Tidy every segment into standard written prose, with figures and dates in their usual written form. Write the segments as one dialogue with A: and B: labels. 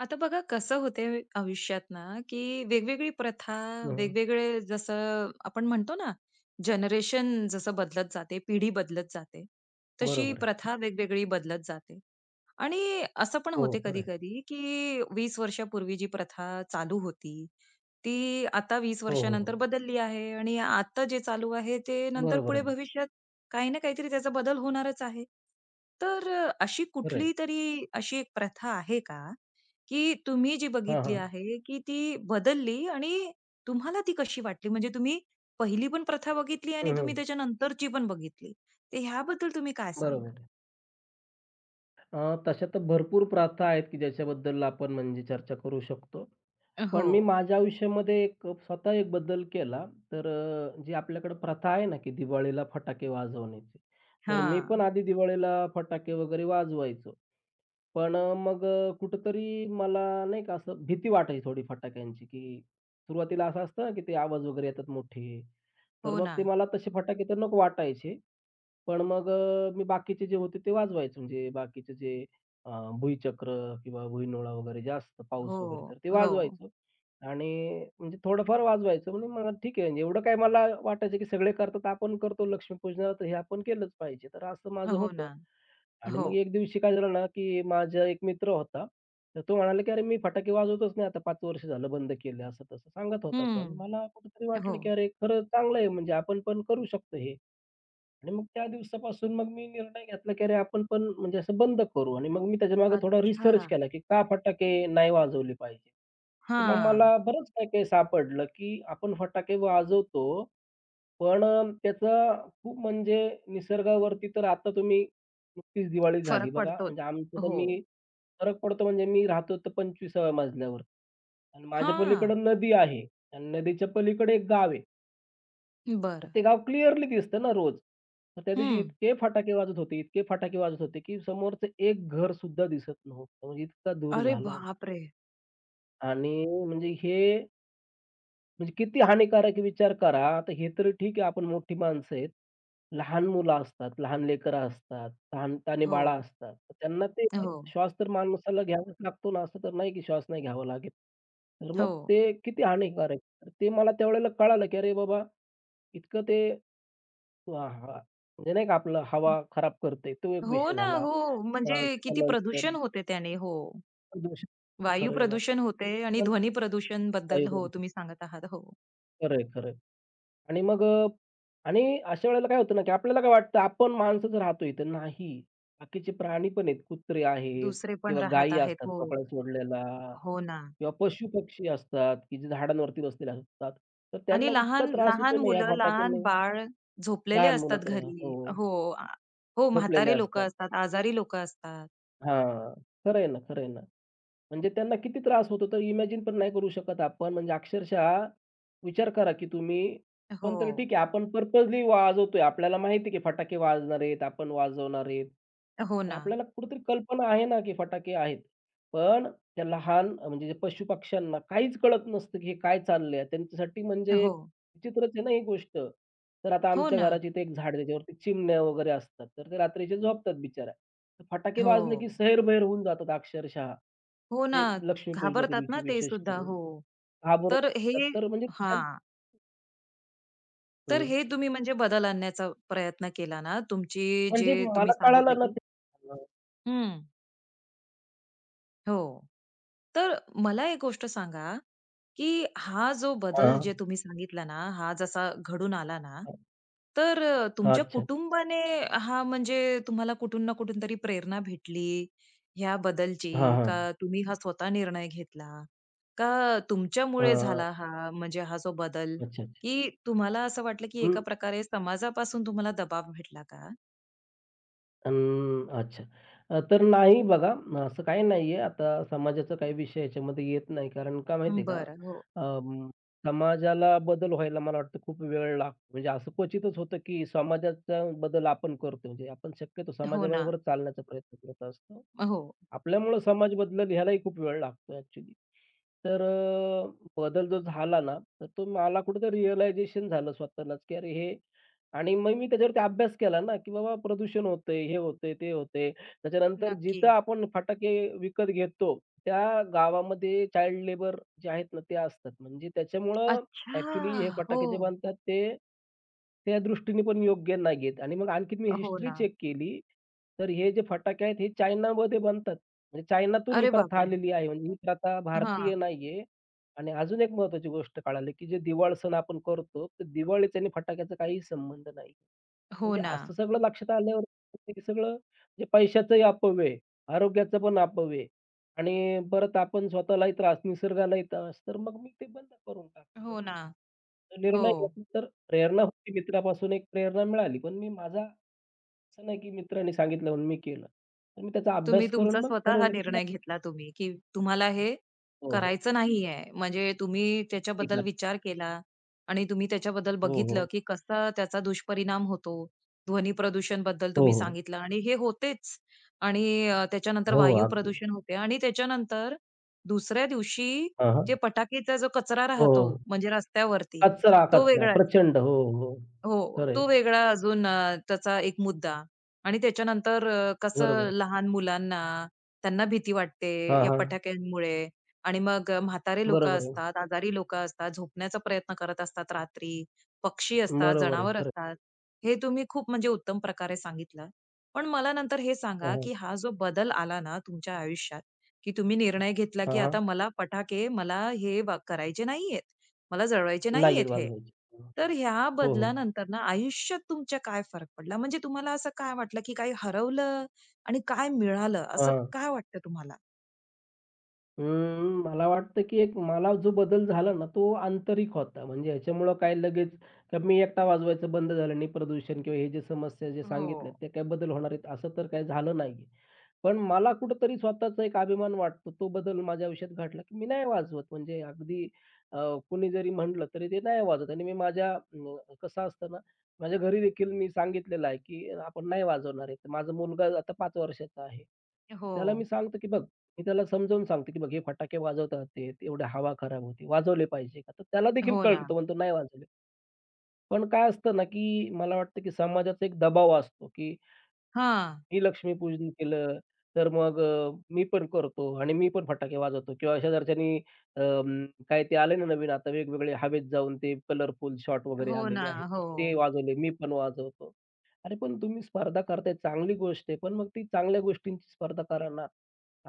A: आता बघा कसं होतंय आयुष्यात ना, की वेगवेगळी प्रथा,
B: हं, हं.
A: वेगवेगळे जसं आपण म्हणतो ना, जनरेशन जसं बदलत जाते, पिढी बदलत जाते, तशी
B: बरोबर आहे.
A: प्रथा वेगवेगळी बदलत जाते. आणि असं पण
B: हो, हो.
A: होते
B: खरं आहे.
A: कधी-कधी, की 20 वर्षापूर्वी जी प्रथा चालू होती, ती आता 20
B: हो, हो, हो.
A: वर्षानंतर बदलली आहे आणि आता जे चालू आहे, ते नंतर
B: बरोबर
A: पुढे
B: आहे.
A: भविष्यात काही ना काहीतरी त्याचा बदल होणारच आहे. तर अशी
B: खरं आहे.
A: कुठलीतरी अशी एक प्रथा आहे का, की तुम्ही जी
B: हां,
A: बघितली
B: हां.
A: आहे, की ती बदलली आणि तुम्हाला ती कशी वाटली? म्हणजे तुम्ही पहिली पण प्रथा बघितली आणि
B: हं,
A: तुम्ही त्याच्यानंतरची पण बघितली. तर ह्याबद्दल तुम्ही काय सांगणार?
B: बरोबर आहे. तशा तर भरपूर प्रथा आहेत, की ज्याच्याबद्दल आपण म्हणजे चर्चा करू शकतो. पण
A: हो.
B: मी माझ्या आयुष्यामध्ये स्वतः एक बदल केला. तर जी आपल्याकडे प्रथा आहे ना, की दिवाळीला फटाके वाजवण्याची. तर मी पण
A: हां.
B: आधी दिवाळीला फटाके वगैरे वाजवायचो. पण मग कुठेतरी मला नाही का असं भीती वाटायची थोडी फटाक्यांची, की सुरुवातीला असं असतं ना, की ते आवाज वगैरे येतात मोठे. तर
A: हो
B: मग
A: ना.
B: ते मला तसे फटाके तर नको वाटायचे. पण मग मी बाकीचे जे होते ते वाजवायचो. म्हणजे बाकीचे जे अ, भुईचक्र किंवा भुईनोळा वगैरे जे पाऊस
A: हो.
B: वगैरे तर ते
A: हो.
B: वाजवायचो आणि म्हणजे थोडंफार वाजवायचो. म्हणजे मला ठीक आहे म्हणजे एवढं काय मला वाटायचं, की सगळे करतात आपण करतो लक्ष्मीपूजनाला तर हे आपण केलंच पाहिजे. तर असं माझं
A: हो
B: होतं.
A: ना.
B: आणि
A: हो.
B: मग एक दिवशी काय झालं ना, की माझा एक मित्र होता. तर तो म्हणाला, की "अरे, मी फटाके वाजवतच नाही आता 5 वर्ष झालं बंद केले." असं तसं सांगत होता तो आणि
A: हं.
B: मला कुठेतरी
A: हो.
B: वाटलं, की अरे, खरं चांगलं आहे म्हणजे आपण पण करू शकतो हे. आणि मग त्या दिवसापासून मग मी निर्णय घेतला, की अरे आपण पण म्हणजे असं बंद करू आणि मग मी त्याच्यामागे थोडा रिसर्च
A: अच्छा.
B: केला, की का फटाके नाही वाजवले पाहिजे. तर मग
A: हां.
B: मला बरंच काही-काही सापडलं, की आपण फटाके वाजवतो, पण त्याचा खूप म्हणजे निसर्गावरती तर आता तुम्ही नुकतीच दिवाळी झाली
A: फरक
B: बघा.
A: पडतोच.
B: म्हणजे आमचं तर
A: हो.
B: मी फरक पडतो म्हणजे मी राहतो तर 25व्या मजल्यावर आणि माझ्या
A: हां.
B: पलीकडे नदी आहे आणि नदीच्या पलीकडे एक गाव आहे. तर
A: बरं.
B: ते गाव क्लिअरली दिसतं ना रोज. मग त्या दिवशी
A: हं.
B: इतके फटाके वाजत होते, इतके फटाके वाजत होते, की समोरचं एक घर सुद्धा दिसत नव्हतं. म्हणजे इतका दूर
A: अरे
B: झाला होता
A: बापरे!
B: आणि म्हणजे हे म्हणजे किती हानिकारक आहे विचार करा. आता हे तरी ठीक आहे आपण मोठी माणसं आहेत. लहान मुलं असतात, लहान लेकरं असतात, तहानताणी
A: हो.
B: बाळं असतात. तर त्यांना ते
A: हो.
B: श्वास तर माणसाला घ्यावाच लागतो ना, असं तर नाही की श्वास नाही घ्यावा लागेल. तर
A: हो.
B: मग ते किती हानिकारक तर ते मला त्यावेळेला कळालं की अरे बाबा, इतकं ते हां, हां. म्हणजे नाही का आपलं हवा खराब करते तो एक
A: हो
B: विषय
A: ना,
B: झाला.
A: हो. म्हणजे किती
B: त्याच्यानंतर
A: प्रदूषण होते त्याने. हो.
B: प्रदूषण
A: वायू
B: खरं आहे ना.
A: प्रदूषण होते आणि
B: नंतर
A: ध्वनी प्रदूषण बद्दल
B: वायू
A: हो,
B: प्रदूषण.
A: तुम्ही सांगत आहात. हो.
B: खरं आहे, खरं आहे. आणि मग आणि अशा वेळेला काय होतं ना, की आपल्याला काय वाटतं आपण माणसंच राहतो इथे. नाही, बाकीचे प्राणी पण आहेत. कुत्रे आहेत
A: दुसरे पण
B: किंवा
A: राहत
B: गायी
A: आहेत.
B: असतात
A: हो.
B: मोकळ्या सोडलेल्या
A: हो ना.
B: किंवा पशुपक्षी असतात, की जे झाडांवरती बसलेले असतात. तर त्यांना
A: आणि
B: इतका
A: लहान
B: त्रास
A: लहान
B: होतो ना, या
A: मुलं, लहान
B: फटाक्यांनी.
A: बाळ झोपलेले
B: लहान मुलं
A: असतात
B: तर हो,
A: घरी. हो. हो,
B: झोपलेले
A: म्हातारे
B: असतात.
A: लोकं असतात, आजारी लोकं असतात.
B: हां. खरं आहे ना, खरं आहे ना. म्हणजे त्यांना किती त्रास होतो तर इमॅजिन पण नाही करू शकत आपण. म्हणजे अक्षरशः विचार करा, की तुम्ही पण
A: हो.
B: तरी ठीक आहे आपण पर्पजली वाजवतोय. आपल्याला माहिती आहे, की फटाके वाजणार आहेत, आपण वाजवणार आहेत.
A: हो
B: तर
A: ना.
B: आपल्याला कुठेतरी कल्पना आहे ना, की फटाके आहेत. पण त्या लहान म्हणजे जे पशुपक्ष्यांना काहीच कळत नसतं, की हे काय चाललंय. त्यांच्यासाठी म्हणजे
A: हो.
B: एक विचित्रच आहे ना ही गोष्ट. तर आता
A: हो
B: आमच्या
A: ना.
B: घराची इथे एक झाड आहे, त्याच्यावरती चिमण्या वगैरे असतात. तर ते रात्रीचे झोपतात बिचाऱ्या. तर फटाके
A: हो.
B: वाजले, की सैरभैर होऊन जातात अक्षरशः.
A: हो ना.
B: म्हणजे लक्ष्मीपूजनाच्या
A: घाबरतात
B: दिवशी
A: ना ते
B: विशेष
A: सुद्धा.
B: करून.
A: हो. तर हे
B: घाबरून तर म्हणजे त्या
A: हां. तर
B: हं.
A: हे तुम्ही म्हणजे बदल आणण्याचा प्रयत्न केला ना, तुमची जे
B: म्हणजे मला
A: तुम्ही सांगितलं
B: कळालं ना
A: की
B: ते हां.
A: हं. हो. तर मला एक गोष्ट सांगा, की हा जो
B: हां.
A: बदल जे तुम्ही सांगितला ना, हा जसा घडून आला ना, तर
B: हां.
A: तुमच्या
B: अच्छा.
A: कुटुंबाने हा म्हणजे तुम्हाला कुठून ना कुठून तरी प्रेरणा भेटली ह्या बदलची?
B: हां,
A: का
B: हां.
A: तुम्ही हा स्वतः निर्णय घेतला? का तुमच्यामुळे
B: हां,
A: झाला हा म्हणजे हा जो बदल,
B: अच्छा, अच्छा.
A: की तुम्हाला असं वाटलं, की एका प्रकारे समाजापासून तुम्हाला दबाव भेटला का?
B: अं, अच्छा. तर नाही बघा, असं काही नाहीये. आता समाजाचा काही विषय याच्यामध्ये येत नाही. कारण का माहिती आहे का?
A: बरं. हो.
B: अं, समाजाला बदल व्हायला मला वाटतं खूप वेळ लागतो. म्हणजे असं क्वचितच होतं, की समाजाचा बदल आपण करतो. म्हणजे आपण शक्यतो
A: हो ना.
B: समाजाबरोबरच चालण्याचा प्रयत्न करत असतो.
A: हो.
B: आपल्यामुळं समाज बदलल ह्यालाही खूप वेळ लागतो ॲक्चुअली. तर बदल जो झाला ना, तर तो मला कुठेतरी रिअलायझेशन झालं स्वतःलाच, की अरे हे आणि मग मी त्याच्यावरती अभ्यास केला ना, की बाबा प्रदूषण होतंय, हे होतंय, ते होतंय. त्याच्यानंतर
A: नक्की.
B: जिथं आपण फटाके विकत घेतो, त्या गावामध्ये चाइल्ड लेबर जे आहेत ना, ते असतात. म्हणजे त्याच्यामुळं
A: अच्छा!
B: ॲक्चुअली हे
A: हो,
B: फटाके जे बनतात ते, त्या दृष्टीने पण योग्य नाहीयेत आणि मग आणखीन मी
A: हो
B: हिस्ट्री
A: ना.
B: चेक केली, तर हे जे फटाके आहेत हे चायनामध्ये बनतात. म्हणजे चायनातून ही
A: अरे
B: प्रथा
A: बापरे!
B: आलेली आहे. म्हणजे ही प्रथा
A: हां.
B: भारतीय नाहीये आणि अजून एक महत्त्वाची गोष्ट कळाली, की जे दिवाळ सण आपण करतो, तर दिवाळीचा आणि फटाक्याचा काहीही संबंध नाही.
A: हो
B: म्हणजे
A: ना,
B: असं सगळं लक्षात आल्यावर हे सगळं म्हणजे पैशाचंही अपव्यय, आरोग्याचा पण अपव्यय आणि परत आपण स्वतःलाही त्रास, निसर्गालाही त्रास. तर मग मी ते बंद करून टाकलं.
A: हो
B: म्हणजे
A: ना.
B: तो
A: हो.
B: निर्णय घेतला तर प्रेरणा होती मित्रापासून एक प्रेरणा मिळाली. पण मी माझा असं नाही, की मित्राने सांगितलं म्हणून मी केलं. तर मी त्याचा
A: तुम्ही
B: अभ्यास करून
A: तुमचा
B: मग
A: स्वतः हा
B: ठरवलं, की
A: निर्णय
B: नाही
A: घेतला तुम्ही, की तुम्हाला हे
B: हो.
A: करायचं नाहीये. म्हणजे तुम्ही त्याच्याबद्दल
B: ऐका.
A: विचार केला आणि तुम्ही त्याच्याबद्दल
B: हो,
A: बघितलं,
B: हो.
A: की कसा त्याचा दुष्परिणाम होतो. ध्वनी प्रदूषणबद्दल
B: हो,
A: तुम्ही
B: हो.
A: सांगितलं आणि हे होतेच आणि त्याच्यानंतर
B: हो, हो.
A: वायू
B: अगदी.
A: प्रदूषण होते आणि त्याच्यानंतर दुसऱ्या दिवशी
B: हां, हां.
A: जे फटाकेचा जो कचरा
B: हो,
A: राहतो
B: हो.
A: म्हणजे रस्त्यावरती,
B: कचरा,
A: तो
B: कचरा.
A: वेगळाच.
B: प्रचंड. हो, हो.
A: हो,
B: खरं आहे.
A: तो वेगळा अजून त्याचा एक मुद्दा आणि त्याच्यानंतर कसं
B: बरोबर.
A: लहान मुलांना, त्यांना भीती वाटते
B: हां,
A: या
B: हां.
A: पटाक्यांमुळे आणि मग म्हातारे लोकं
B: बरोबर आहे.
A: असतात, आजारी लोकं असतात, झोपण्याचा प्रयत्न करत असतात रात्री, पक्षी असतात,
B: बरोबर आहे.
A: जनावर
B: खरं आहे.
A: असतात. हे तुम्ही खूप म्हणजे उत्तम प्रकारे सांगितलं. पण मला नंतर हे
B: हां,
A: सांगा,
B: हां.
A: की हा जो बदल आला ना तुमच्या आयुष्यात, की तुम्ही निर्णय घेतला,
B: हां,
A: की
B: हां.
A: आता मला पटाके मला हे वा करायचे नाहीयेत. मला जळवायचे
B: नाही आहेत
A: नाहीयेत हे.
B: वाजवायचे.
A: तर ह्या
B: हो, हो.
A: बदलानंतर ना आयुष्यात तुमच्या काय फरक पडला? म्हणजे तुम्हाला असं काय वाटलं, की काही हरवलं आणि काय मिळालं, असं
B: हां.
A: काय वाटतं तुम्हाला?
B: मला वाटतं, की एक मला जो बदल झाला ना, तो आंतरिक होता. म्हणजे ह्याच्यामुळं काय लगेच तर मी एकटा वाजवायचं बंद झालं आणि प्रदूषण किंवा हे जे समस्या जे
A: हो.
B: सांगितल्यात, ते काय बदल होणार आहेत, असं तर काही झालं नाहीये. पण मला कुठेतरी स्वतःचा एक अभिमान वाटतो. तो बदल माझ्या आयुष्यात घडला, की मी नाही वाजवत. म्हणजे अगदी अ, कोणी जरी म्हटलं, तरी ते नाही वाजवत आणि मी माझ्या कसं असतं ना, माझ्या घरी देखील मी सांगितलेलं आहे, की आपण नाही वाजवणार आहे. तर माझा मुलगा आता 5 वर्षाचा आहे. त्याला मी
A: हो.
B: सांगतो, की "बघ मी त्याला समजावून सांगतो, की बघ हे फटाके वाजवतात ते, एवढी हवा खराब होते. वाजवले पाहिजे का? तर त्याला देखील
A: हो
B: कळतं,
A: ना.
B: तो म्हणतो नाही वाजवले. पण काय असतं ना, की मला वाटतं, की समाजाचा एक दबाव असतो, की
A: हां.
B: मी लक्ष्मीपूजन केलं, तर मग मी पण करतो आणि मी पण फटाके वाजवतो किंवा शेजारच्यांनी काय ते आले ना नवीन आता वेगवेगळे हवेत जाऊन ते कलरफुल शॉट वगैरे
A: हो ना.
B: आलेले आहेत, तर
A: हो.
B: ते वाजवले, मी पण वाजवतो. अरे, पण तुम्ही स्पर्धा करताय चांगली गोष्ट आहे, पण मग ती चांगल्या गोष्टींची स्पर्धा करा ना.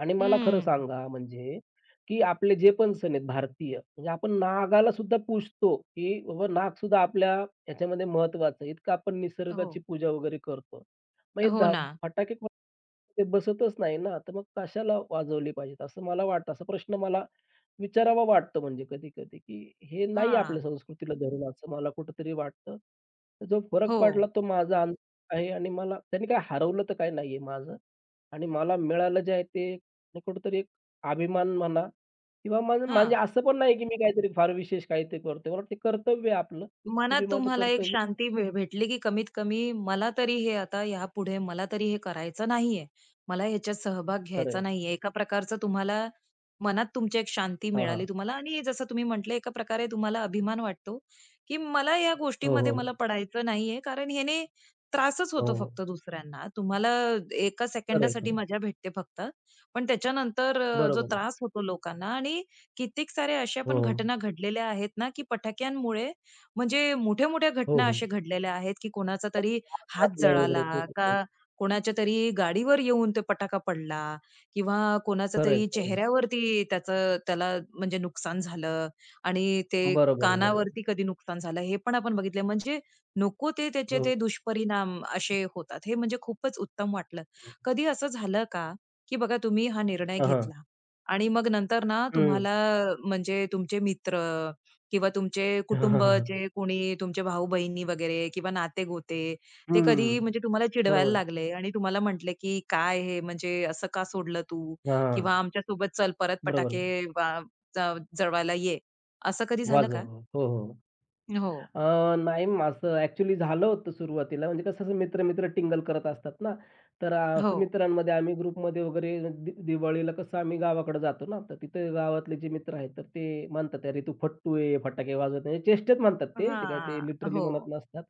B: आणि मला खरं
A: हं.
B: सांगा म्हणजे, की आपले जे पण सण आहेत भारतीय, म्हणजे आपण नागाला सुद्धा पूजतो, की बाबा नाग सुद्धा आपल्या ह्याच्यामध्ये महत्वाचं आहे. इतकं आपण निसर्गाची
A: हो.
B: पूजा वगैरे करतो. मग हे
A: हो
B: धा
A: ना.
B: फटाके कोण ते बसतच नाही ना, तर मग कशाला वाजवले पाहिजेत? असं मला वाटतं. असा प्रश्न मला विचारावा वाटतो म्हणजे कधी-कधी, की हे नाही आपल्या
A: हां.
B: संस्कृतीला धरून असं मला कुठेतरी वाटतं. तर जो फरक
A: हो.
B: पडला तो माझा अंदाज आहे आणि मला त्यांनी काय हरवलं तर काही नाहीये माझं आणि मला मिळालं जे आहे ते कुठेतरी एक अभिमान म्हणा किंवा माझं म्हणजे असं पण नाही, की मी काहीतरी फार विशेष काहीतरी करतोय. मला वाटतं कर्तव्य आहे आपलं, तर
A: मनात
B: मी माझं
A: तुम्हाला एक
B: कर्तव्य
A: शांती भेटली, की कमीत कमी मला तरी हे आता यापुढे मला तरी हे करायचं नाहीये. मला ह्याच्यात सहभाग
B: खरं
A: घ्यायचा
B: आहे.
A: नाहीये. एका प्रकारचं तुम्हाला मनात तुमची एक शांती
B: हां,
A: मिळाली तुम्हाला आणि जसं तुम्ही म्हटले एका प्रकारे तुम्हाला अभिमान वाटतो, की मला या
B: हो,
A: गोष्टीमध्ये
B: हो.
A: मला पडायचं नाहीये. कारण ह्याने त्रासच
B: हो,
A: होतो
B: हो.
A: फक्त दुसऱ्यांना. तुम्हाला एका
B: खरं
A: सेकंदासाठी मजा भेटते फक्त. पण त्याच्यानंतर जो
B: बरोबर आहे.
A: त्रास होतो लोकांना आणि कित्येक साऱ्या अशा
B: हो,
A: पण घटना घडलेल्या आहेत ना, की फटाक्यांमुळे म्हणजे मोठ्या-मोठ्या
B: हो,
A: घटना
B: हो.
A: अशा घडलेल्या आहेत, की कोणाचा तरी हात
B: जात नाही वगैरे
A: जळाला
B: खूप हो.
A: का कोणाच्या तरी गाडीवर येऊन तो पटाका पडला किंवा कोणाचा
B: खरं आहे,
A: तरी
B: खरं आहे.
A: चेहऱ्यावरती त्याचं त्याला म्हणजे नुकसान झालं आणि ते
B: बरोबर आहे, बरोबर आहे.
A: कानावरती कधी नुकसान झालं, हे पण आपण बघितलं. म्हणजे नको ते
B: हो,
A: त्याचे ते
B: हो.
A: दुष्परिणाम असे होतात. हे म्हणजे खूपच उत्तम वाटलं.
B: हो.
A: कधी असं झालं का, की बघा तुम्ही हा निर्णय
B: हां, हां.
A: घेतला आणि मग नंतर ना
B: हं.
A: तुम्हाला म्हणजे तुमचे मित्र किंवा तुमचे
B: हां, हां, हां, हां.
A: कुटुंबचे कोणी तुमचे भाऊ-बहिणी वगैरे किंवा नाते-गोते ते कधी
B: हं.
A: म्हणजे तुम्हाला
B: बरोबर
A: चिडवायला
B: आहे.
A: लागले आणि तुम्हाला म्हटले, की "काय हे म्हणजे असं का सोडलं तू?"
B: हां.
A: किंवा "आमच्यासोबत चल परत
B: बरोबर आहे.
A: फटाके वा जळवायला ये." असं कधी झालं का?
B: वाजव. हो, हो.
A: हो,
B: अ, नाही म असं ॲक्चुअली झालं होतं सुरुवातीला म्हणजे कसं असं मित्र-मित्र टिंगल करत असतात ना, तर
A: हो.
B: असं मित्रांमध्ये आम्ही ग्रुपमध्ये वगैरे दिवाळीला कसं आम्ही गावाकडे जातो ना, तर तिथे गावातले जे मित्र आहेत तर ते म्हणतात, "अरे तू फट्टू आहे, फटाके वाजवत नाही." चेष्टेत म्हणतात ते, ते काय ते
A: हां.
B: लिटरली
A: हो,
B: म्हणत नसतात.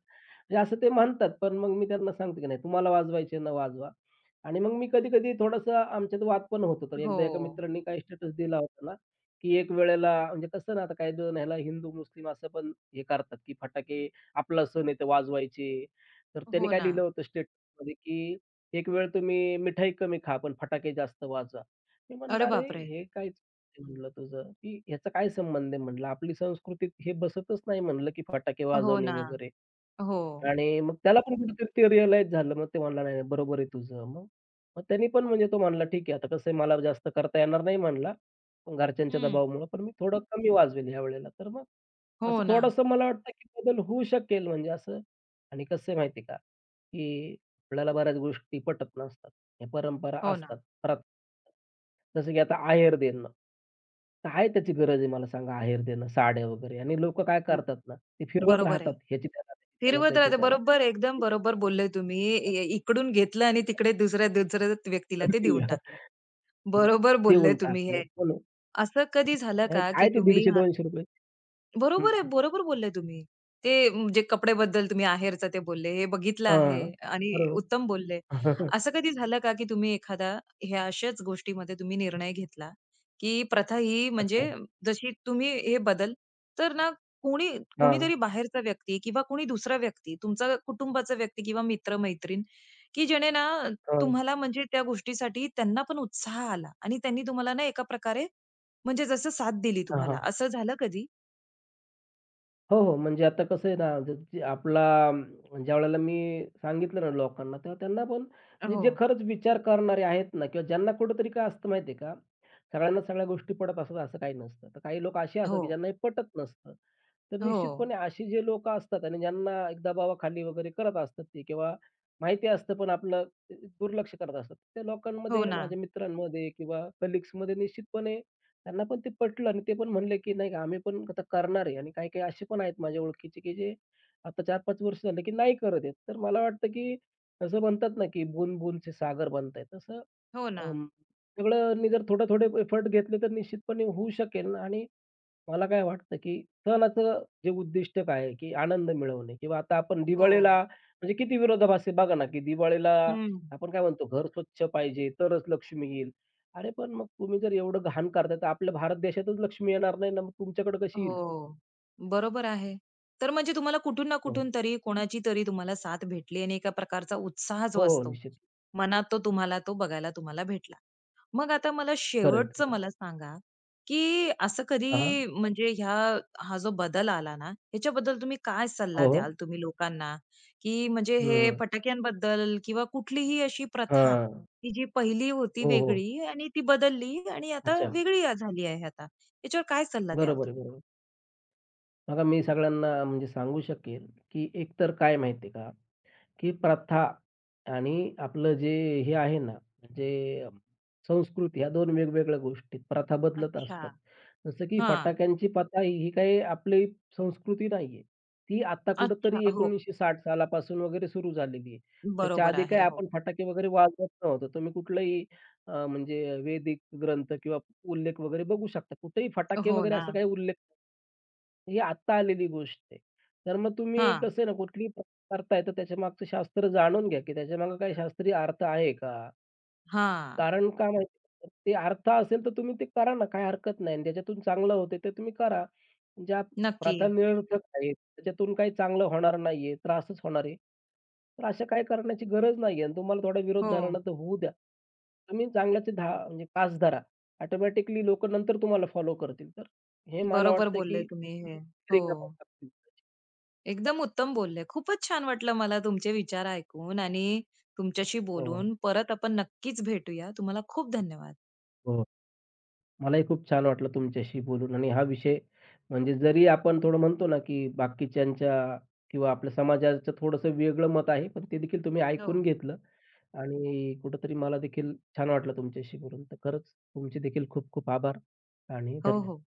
B: म्हणजे असं ते म्हणतात, पण मग मी त्यांना सांगतो, की "नाही तुम्हाला वाजवायचे ना वाजवा." आणि मग मी कधी-कधी थोडासा आमच्यात वाद पण होतो. तर एकदा एका
A: हो,
B: मित्रांनी काही स्टेटस दिला होता ना की एक वेळेला म्हणजे कसं ना, आता काही जण ह्याला हिंदू-मुस्लिम असं पण हे करतात, की फटाके आपला सण आहे ते वाजवायचे. तर त्यांनी
A: हो
B: काय
A: ना.
B: लिहिलं होतं स्टेटसमध्ये, की "एक वेळ तुम्ही मिठाई कमी खा, पण फटाके जास्त वाजवा." मी म्हणलं,
A: अरे
B: "अरे
A: बापरे!
B: हे काय चुकीचं आहे," म्हणलं तुझं, की "ह्याचा काय संबंध आहे?" म्हणलं, "आपली संस्कृतीत हे बसतच नाही," म्हणलं, "की फटाके
A: हो
B: वाजवणे
A: ना.
B: वगैरे."
A: हो.
B: आणि मग त्याला पण कुठेतरी ते रिअलाईज झालं. मग ते म्हणला, "नाही, नाही, बरोबर आहे तुझं." मग मग त्यांनी पण म्हणजे तो म्हणला, "ठीक आहे, आता कसं आहे मला जास्त करता येणार नाही," म्हणला, "घरच्यांच्या
A: हं.
B: दबावामुळं, पण मी थोडं कमी वाजवेल ह्यावेळेला." तर मग
A: हो
B: असं
A: ना,
B: थोडंसं मला वाटतं, की बदल होऊ शकेल म्हणजे असं आणि कसं आहे माहिती आहे का, की आपल्याला बऱ्याच गोष्टी पटत नसतात. या परंपरा
A: हो ना.
B: असतात खरंच. जसं की आता आहेर देणं. काय त्याची गरज आहे मला सांगा आहेर देणं, साड्या वगैरे आणि लोकं काय
A: ब-
B: करतात ना ते फिरवत
A: बरोबर आहे.
B: राहतात. ह्याची त्याला, त्याची त्याला,
A: फिरवत
B: त्याची
A: राहते.
B: त्याला.
A: बरोबर, एकदम बरोबर बोलले तुम्ही. इकडून घेतलं आणि तिकडे दुसऱ्या दुसऱ्या व्यक्तीला ते देऊन टाकलं.
B: हं.
A: बरोबर बोलले
B: देऊन
A: तुम्ही
B: टाकलं.
A: हे.
B: हो ना.
A: असं कधी झालं
B: आणि
A: का,
B: काय
A: की
B: ते
A: तुम्ही
B: ₹150-200 हं.
A: बरोबर आहे. बरोबर बोलले तुम्ही. जे कपड्याबद्दल तुम्ही आहेरचं ते बोलले, हे बघितलं आहे
B: हां.
A: आणि
B: बरोबर.
A: उत्तम बोलले. असं कधी झालं का, की तुम्ही एखादा ह्या अशाच गोष्टीमध्ये तुम्ही निर्णय घेतला, की प्रथा ही म्हणजे
B: अच्छा.
A: जशी तुम्ही हे बदल तर ना कोणी
B: हां,
A: कोणीतरी बाहेरचा व्यक्ती किंवा कोणी दुसरा व्यक्ती, तुमचा कुटुंबाचा व्यक्ती किंवा मित्र-मैत्रीण, की जेणे ना
B: हां.
A: तुम्हाला म्हणजे त्या गोष्टीसाठी त्यांना पण उत्साह आला आणि त्यांनी तुम्हाला ना एका प्रकारे म्हणजे जसं साथ दिली
B: हां,
A: तुम्हाला,
B: हां.
A: असं झालं कधी?
B: हो, हो. म्हणजे आता कसं आहे ना, जे आपला ज्यावेळेला मी सांगितलं ना लोकांना, तेव्हा त्यांना पण म्हणजे जे
A: हो,
B: खरंच विचार करणारे आहेत ना किंवा ज्यांना कुठेतरी काय असतं माहिती आहे का, सगळ्यांना सगळ्या गोष्टी पटत असतात असं काही नसतं. तर काही लोक असे
A: हो,
B: असतात, की ज्यांना हे पटत नसतं. तर
A: हो,
B: निश्चितपणे अशी जे लोकं असतात आणि ज्यांना एक दबावाखाली वगैरे करत असतात ते किंवा माहिती असतं पण आपलं अ, दुर्लक्ष करत असतात. त्या
A: हो
B: लोकांमध्ये
A: ना,
B: माझ्या मित्रांमध्ये किंवा कलीग्समध्ये निश्चितपणे त्यांना पण ते पटलं आणि ते पण म्हणले, की नाही का आम्ही पण आता करणार आहे आणि काही-काही असे पण आहेत माझ्या ओळखीचे, की जे आता 4-5 वर्ष झाले, की नाही करत आहेत. तर मला वाटतं, की असं म्हणतात ना, की बूंद बूंदचे सागर बनतायत. तसं
A: हो ना,
B: अं, सगळं नि जर थोडे-थोडे एफर्ट घेतले तर निश्चितपणे होऊ शकेल आणि मला काय वाटतं, की सणाचं जे उद्दिष्ट काय आहे, की आनंद मिळवणे किंवा आता आपण
A: हो.
B: दिवाळीला म्हणजे किती विरोधाभास आहे बघा ना, की दिवाळीला
A: हं.
B: आपण काय म्हणतो, घर स्वच्छ पाहिजे, तरच लक्ष्मी येईल. अरे, पण मग तुम्ही जर एवढं घाण करताय, तर आपल्या भारत देशातच लक्ष्मी येणार नाही ना, मग तुमच्याकडे कशी येईल?
A: हो. बरोबर आहे. तर म्हणजे तुम्हाला कुठून ना
B: हो, हो.
A: कुठून तरी कोणाची तरी तुम्हाला साथ भेटली आणि एका प्रकारचा उत्साह
B: हो,
A: जो
B: हो.
A: असतो,
B: निश्चित.
A: मनात तो तुम्हाला तो बघायला तुम्हाला भेटला. मग आता मला
B: खरं
A: शेवटचं
B: खरं आहे.
A: मला सांगा, की असं कधी म्हणजे ह्या हा जो बदल आला ना, ह्याच्याबद्दल तुम्ही काय सल्ला
B: हो, हो.
A: द्याल तुम्ही लोकांना, की म्हणजे हे
B: हं.
A: फटाक्यांबद्दल किंवा कुठलीही अशी प्रथा,
B: हां.
A: की जी पहिली होती
B: हो, हो.
A: वेगळी आणि ती बदलली आणि आता
B: अच्छा.
A: वेगळी झाली आहे आता. याच्यावर काय सल्ला द्याल
B: बरोबर आहे,
A: तुम्ही?
B: बरोबर. बघा मी सगळ्यांना म्हणजे सांगू शकेल, की एकतर काय माहिती का की प्रथा आणि आपलं जे हे आहे ना, म्हणजे संस्कृती ह्या दोन वेगवेगळ्या गोष्टी आहेत. प्रथा बदलत
A: अच्छा.
B: असतात. जसं की
A: हां.
B: फटाक्यांची प्रथा ही ही काही आपली संस्कृती नाहीये. ती आता कुठेतरी
A: अच्छा. हो.
B: 1960 सालापासून वगैरे सुरू झालेली आहे. त्याच्या
A: बरोबर
B: आधी काय
A: आहे. हो.
B: आपण फटाके वगैरे वाजवत नव्हतो. तुम्ही कुठलाही म्हणजे वैदिक ग्रंथ किंवा उल्लेख वगैरे बघू शकता. कुठेही फटाके
A: हो
B: वगैरे
A: ना.
B: असा काही उल्लेख नाही. ही आत्ता आलेली गोष्ट आहे. तर मग तुम्ही
A: हां.
B: कसं आहे ना कुठलीही करता येतं त्याच्यामागचं शास्त्र जाणून घ्या, की त्याच्यामागे काही शास्त्रीय अर्थ आहे का?
A: हां.
B: कारण का माहिती आहे का? ते अर्थ असेल तर तुम्ही ते करा ना, काही हरकत नाही आणि ज्याच्यातून चांगलं होतंय ते तुम्ही करा. ज्या
A: नक्की.
B: प्रथा निरर्थक आहेत, त्याच्यातून काही चांगलं होणार नाहीये, त्रासच होणार आहे. तर अशा काही करण्याची गरज नाहीये आणि तुम्हाला थोडा विरोध झाला ना,
A: हो.
B: तर होऊ द्या. तुम्ही चांगल्याचे धा म्हणजे तास धरा. ऑटोमॅटिकली लोकं नंतर तुम्हाला फॉलो करतील. तर हे मला
A: बरोबर
B: वाटतं,
A: बोलले
B: की
A: तुम्ही हे. हो. एकदम उत्तम बोलले. खूपच छान वाटलं मला तुमचे विचार ऐकून आणि तुमच्याशी
B: हो,
A: बोलून. परत आपण नक्कीच भेटूया. तुम्हाला खूप धन्यवाद.
B: हो. मलाही खूप छान वाटलं तुमच्याशी बोलून आणि हा विषय म्हणजे जरी आपण थोडं म्हणतो ना, की बाकीच्यांच्या किंवा आपल्या समाजाचं थोडंसं वेगळं मत आहे, पण ते देखील तुम्ही
A: हो.
B: ऐकून घेतलं आणि कुठेतरी मला देखील छान वाटलं तुमच्याशी बोलून. तर खरंच तुमचे देखील खूप खूप आभार आणि
A: हो,
B: धन्यवाद.
A: हो.